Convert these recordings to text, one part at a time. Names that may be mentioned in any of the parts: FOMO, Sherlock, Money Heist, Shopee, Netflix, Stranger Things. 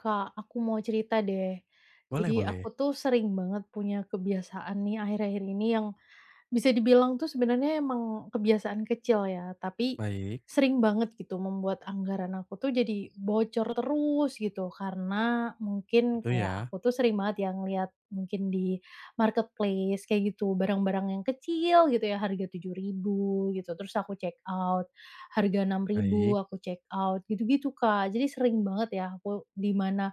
Kak, aku mau cerita deh. Boleh Jadi boleh. aku tuh sering banget punya kebiasaan nih akhir-akhir ini yang bisa dibilang tuh sebenarnya emang kebiasaan kecil ya, tapi Baik, sering banget gitu membuat anggaran aku tuh jadi bocor terus gitu. Karena mungkin itu kayak ya. aku tuh sering banget yang lihat mungkin di marketplace kayak gitu, barang-barang yang kecil gitu ya harga 7.000 gitu, terus aku check out harga enam Baik, ribu aku check out, gitu-gitu Kak. Jadi sering banget ya aku di mana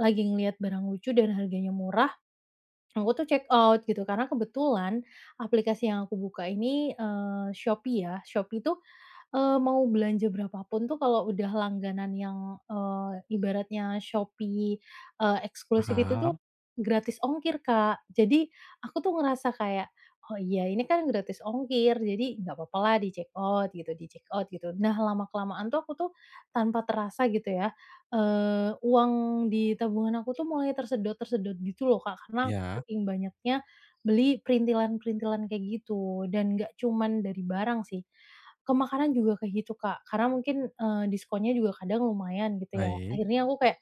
lagi ngelihat barang lucu dan harganya murah. Aku tuh check out gitu, karena kebetulan aplikasi yang aku buka ini, Shopee ya, Shopee tuh mau belanja berapapun tuh kalau udah langganan yang, ibaratnya Shopee, eksklusif itu tuh paham. gratis ongkir, Kak. Jadi aku tuh ngerasa kayak, "Oh iya ini kan gratis ongkir, jadi nggak apa-apa lah di check out gitu di check out," gitu. Nah lama-kelamaan tuh aku tuh tanpa terasa gitu ya, uang di tabungan aku tuh mulai tersedot-tersedot gitu loh, Kak, karena Ya, saking banyaknya beli perintilan-perintilan kayak gitu, dan nggak cuman dari barang sih. Ke makanan juga kayak gitu, Kak, karena mungkin, diskonnya juga kadang lumayan gitu ya. baik Akhirnya aku kayak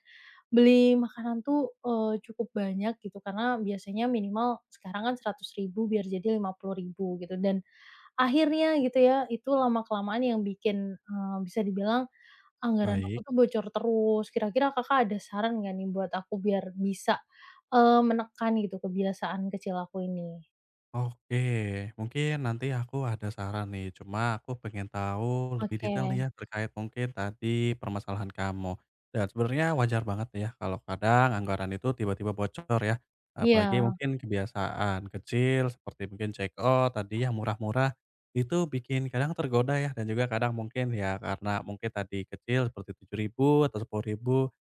beli makanan tuh, cukup banyak gitu karena biasanya minimal sekarang kan 100.000 biar jadi 50.000 gitu dan akhirnya gitu ya, itu lama-kelamaan yang bikin, bisa dibilang anggaran aku baik. tuh bocor terus. Kira-kira Kakak ada saran nggak nih buat aku biar bisa, menekan gitu kebiasaan kecil aku ini? Oke, mungkin nanti aku ada saran nih, cuma aku pengen tahu lebih Oke, detail nih ya terkait mungkin tadi permasalahan kamu. Dan sebenarnya wajar banget ya kalau kadang anggaran itu tiba-tiba bocor ya. Apalagi iya, mungkin kebiasaan kecil seperti mungkin check out tadi yang murah-murah itu bikin kadang tergoda ya dan juga kadang mungkin ya karena mungkin tadi kecil seperti 7.000 atau 10.000.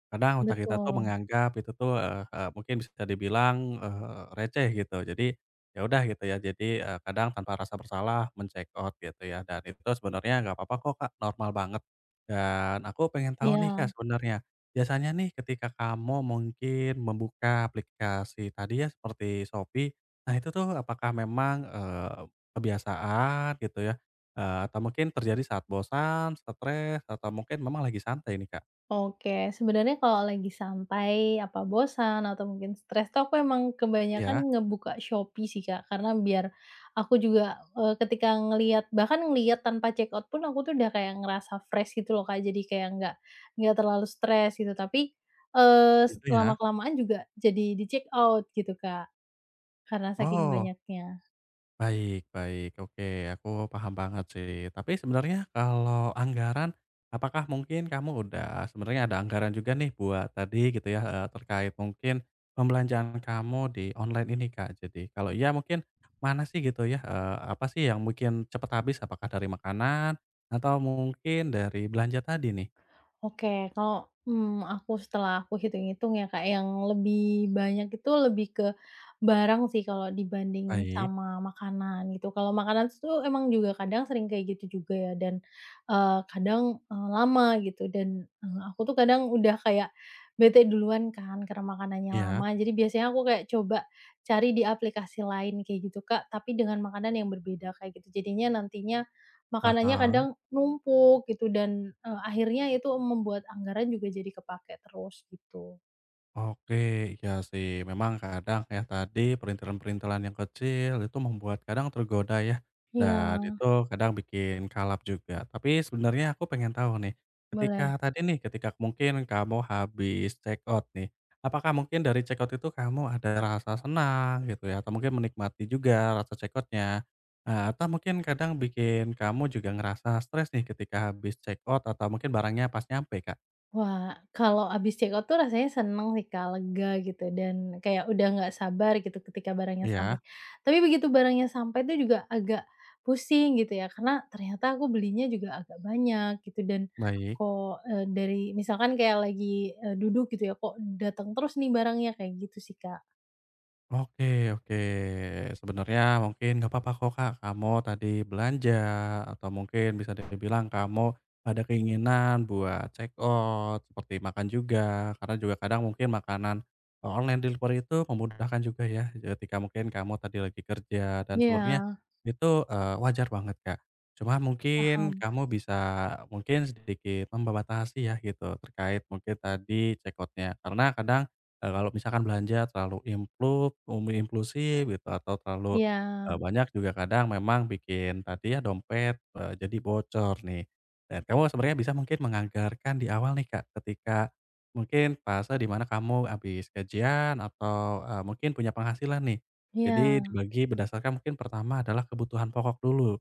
Kadang otak kita tuh betul, menganggap itu tuh mungkin bisa dibilang receh gitu. Jadi, ya udah gitu ya, jadi, kadang tanpa rasa bersalah men-check out gitu ya, dan itu sebenarnya nggak apa-apa kok, Kak, normal banget. Dan aku pengen tahu nih, iya. Kak, sebenarnya, biasanya nih ketika kamu mungkin membuka aplikasi tadi ya seperti Shopee, nah itu tuh apakah memang, kebiasaan gitu ya, atau mungkin terjadi saat bosan, stres, atau mungkin memang lagi santai nih, Kak? Oke, sebenarnya kalau lagi santai, apa bosan atau mungkin stres tuh aku emang Ya, kebanyakan ngebuka Shopee sih, Kak. Karena biar aku juga, ketika ngelihat bahkan ngelihat tanpa check out pun aku tuh udah kayak ngerasa fresh gitu loh, Kak. Jadi kayak nggak terlalu stres gitu. Tapi, itu ya? lama-kelamaan juga jadi di-check out gitu, Kak, karena saking Oh. banyaknya. Baik baik, oke, aku paham banget sih. Tapi sebenarnya kalau anggaran, apakah mungkin kamu udah sebenarnya ada anggaran juga nih buat tadi gitu ya, terkait mungkin pembelanjaan kamu di online ini, Kak? Jadi kalau iya mungkin mana sih gitu ya, apa sih yang mungkin cepet habis? Apakah dari makanan atau mungkin dari belanja tadi nih? Oke, kalau, aku setelah aku hitung-hitung ya, Kak, yang lebih banyak itu lebih ke barang sih kalau dibanding Baik, sama makanan gitu. Kalau makanan tuh emang juga kadang sering kayak gitu juga ya dan, kadang, lama gitu dan, aku tuh kadang udah kayak bete duluan kan karena makanannya lama. iya, Jadi biasanya aku kayak coba cari di aplikasi lain kayak gitu, Kak, tapi dengan makanan yang berbeda kayak gitu. Jadinya nantinya makanannya paham. kadang numpuk gitu dan, akhirnya itu membuat anggaran juga jadi kepakai terus gitu. Oke, iya sih. Memang kadang ya tadi perintilan-perintilan yang kecil itu membuat kadang tergoda ya, Iya, dan itu kadang bikin kalap juga. Tapi sebenarnya aku pengen tahu nih, boleh. ketika tadi nih, ketika mungkin kamu habis check out nih, apakah mungkin dari check out itu kamu ada rasa senang gitu ya, atau mungkin menikmati juga rasa check out. Nah, atau mungkin kadang bikin kamu juga ngerasa stres nih ketika habis check out atau mungkin barangnya pas nyampe, Kak? Wah, kalau abis check out tuh rasanya seneng sih Kak, lega gitu dan kayak udah nggak sabar gitu ketika barangnya sampai. Iya, Tapi begitu barangnya sampai tuh juga agak pusing gitu ya, karena ternyata aku belinya juga agak banyak gitu dan baik. kok, dari misalkan kayak lagi, duduk gitu ya, kok datang terus nih barangnya, kayak gitu sih Kak. Oke oke. Sebenarnya mungkin nggak apa-apa kok, Kak, kamu tadi belanja atau mungkin bisa dibilang kamu ada keinginan buat check out, seperti makan juga, karena juga kadang mungkin makanan, online delivery itu memudahkan juga ya, ketika mungkin kamu tadi lagi kerja dan Iya, sebenarnya itu, wajar banget, Kak. Cuma mungkin paham. kamu bisa mungkin sedikit membatasi ya gitu, terkait mungkin tadi check outnya. Karena kadang kalau misalkan belanja terlalu impluk impulsif gitu atau terlalu, Iya. Banyak juga kadang memang bikin tadi ya dompet, jadi bocor nih. Dan kamu sebenarnya bisa mungkin menganggarkan di awal nih, Kak, ketika mungkin fase di mana kamu habis gajian atau, mungkin punya penghasilan nih. Jadi Iya, dibagi berdasarkan mungkin pertama adalah kebutuhan pokok dulu.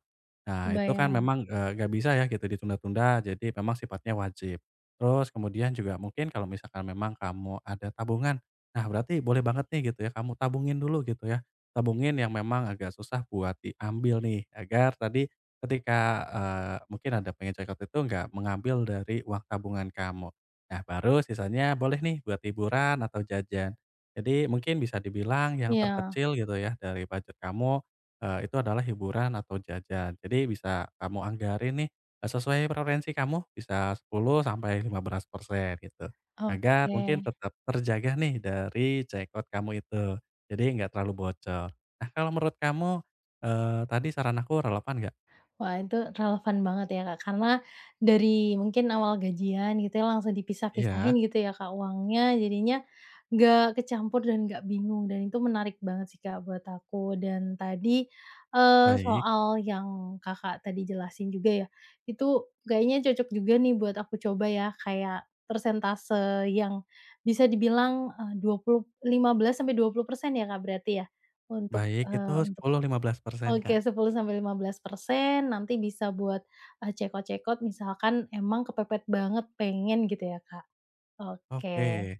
Nah, itu kan kebayang. memang, nggak bisa ya gitu ditunda-tunda, jadi memang sifatnya wajib. Terus kemudian juga mungkin kalau misalkan memang kamu ada tabungan, nah berarti boleh banget nih gitu ya kamu tabungin dulu gitu ya. Tabungin yang memang agak susah buat diambil nih agar tadi ketika, mungkin ada pengen cekcok itu nggak mengambil dari uang tabungan kamu. Nah baru sisanya boleh nih buat hiburan atau jajan. Jadi mungkin bisa dibilang yang Iya, terkecil gitu ya dari budget kamu, itu adalah hiburan atau jajan. Jadi bisa kamu anggarin nih, sesuai preferensi kamu bisa 10-15% gitu, agar oke. mungkin tetap terjaga nih dari checkout kamu itu, jadi nggak terlalu bocor. Nah kalau menurut kamu, tadi saran aku relevan nggak? Wah, itu relevan banget ya, Kak, karena dari mungkin awal gajian gitu ya, langsung Iya, dipisah-pisahin gitu ya, Kak, uangnya, jadinya nggak kecampur dan nggak bingung, dan itu menarik banget sih, Kak, buat aku. Dan tadi, baik. soal yang Kakak tadi jelasin juga ya, itu kayaknya cocok juga nih buat aku coba ya, kayak persentase yang bisa dibilang, eh, 20 15 sampai 20% ya, Kak, berarti ya? Untuk, Baik, itu 10 15% Kak, Oke, 10 sampai 15% nanti bisa buat, cekot-cekot misalkan emang kepepet banget pengen gitu ya, Kak? Oke. oke.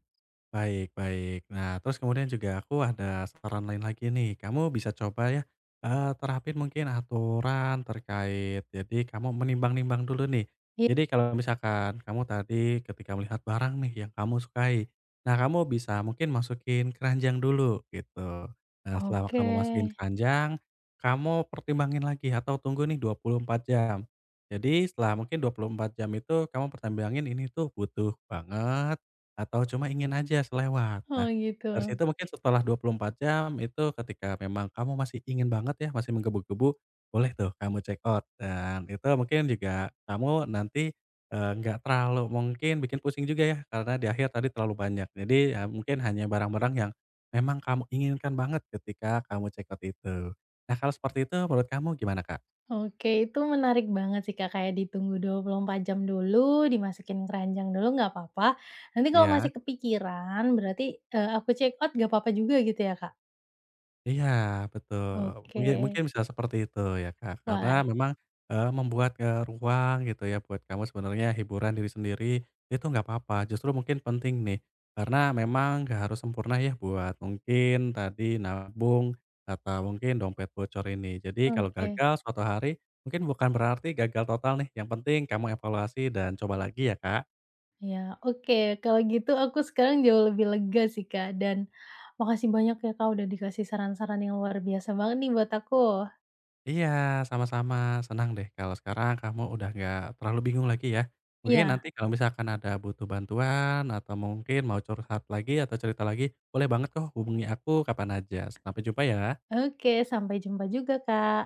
Baik baik. Nah, terus kemudian juga aku ada saran lain lagi nih. Kamu bisa coba ya, terapin mungkin aturan terkait jadi kamu menimbang-nimbang dulu nih. Iya. Jadi kalau misalkan kamu tadi ketika melihat barang nih yang kamu sukai, nah kamu bisa mungkin masukin keranjang dulu gitu. Nah, setelah Oke. kamu masukin keranjang, kamu pertimbangin lagi atau tunggu nih 24 jam. Jadi setelah mungkin 24 jam itu kamu pertimbangin ini tuh butuh banget atau cuma ingin aja selewat. Nah, Oh dari gitu. situ mungkin setelah 24 jam itu ketika memang kamu masih ingin banget ya, masih menggebu-gebu, boleh tuh kamu check out dan itu mungkin juga kamu nanti, nggak terlalu mungkin bikin pusing juga ya, karena di akhir tadi terlalu banyak. Jadi, ya mungkin hanya barang-barang yang memang kamu inginkan banget ketika kamu check out itu. Nah, kalau seperti itu menurut kamu gimana, Kak? Oke, itu menarik banget sih, Kak, kayak ditunggu 24 jam dulu, dimasukin keranjang dulu nggak apa-apa, nanti kalau Ya. masih kepikiran berarti, aku cekot nggak apa-apa juga gitu ya, Kak? Iya, betul. Oke. Mungkin mungkin bisa seperti itu ya, Kak. Wah, Karena memang, membuat, ruang gitu ya buat kamu sebenarnya hiburan diri sendiri, itu nggak apa-apa, justru mungkin penting nih. Karena memang nggak harus sempurna ya buat mungkin tadi nabung atau mungkin dompet bocor ini. Jadi kalau oke. gagal suatu hari, mungkin bukan berarti gagal total nih, yang penting kamu evaluasi dan coba lagi ya, Kak. Ya oke. Kalau gitu aku sekarang jauh lebih lega sih, Kak, dan makasih banyak ya, Kak, udah dikasih saran-saran yang luar biasa banget nih buat aku. Iya, sama-sama. Senang deh kalau sekarang kamu udah nggak terlalu bingung lagi ya. Mungkin nanti Iya, kalau misalkan ada butuh bantuan atau mungkin mau curhat lagi atau cerita lagi, boleh banget kok hubungi aku kapan aja. Sampai jumpa ya. oke. Sampai jumpa juga, Kak.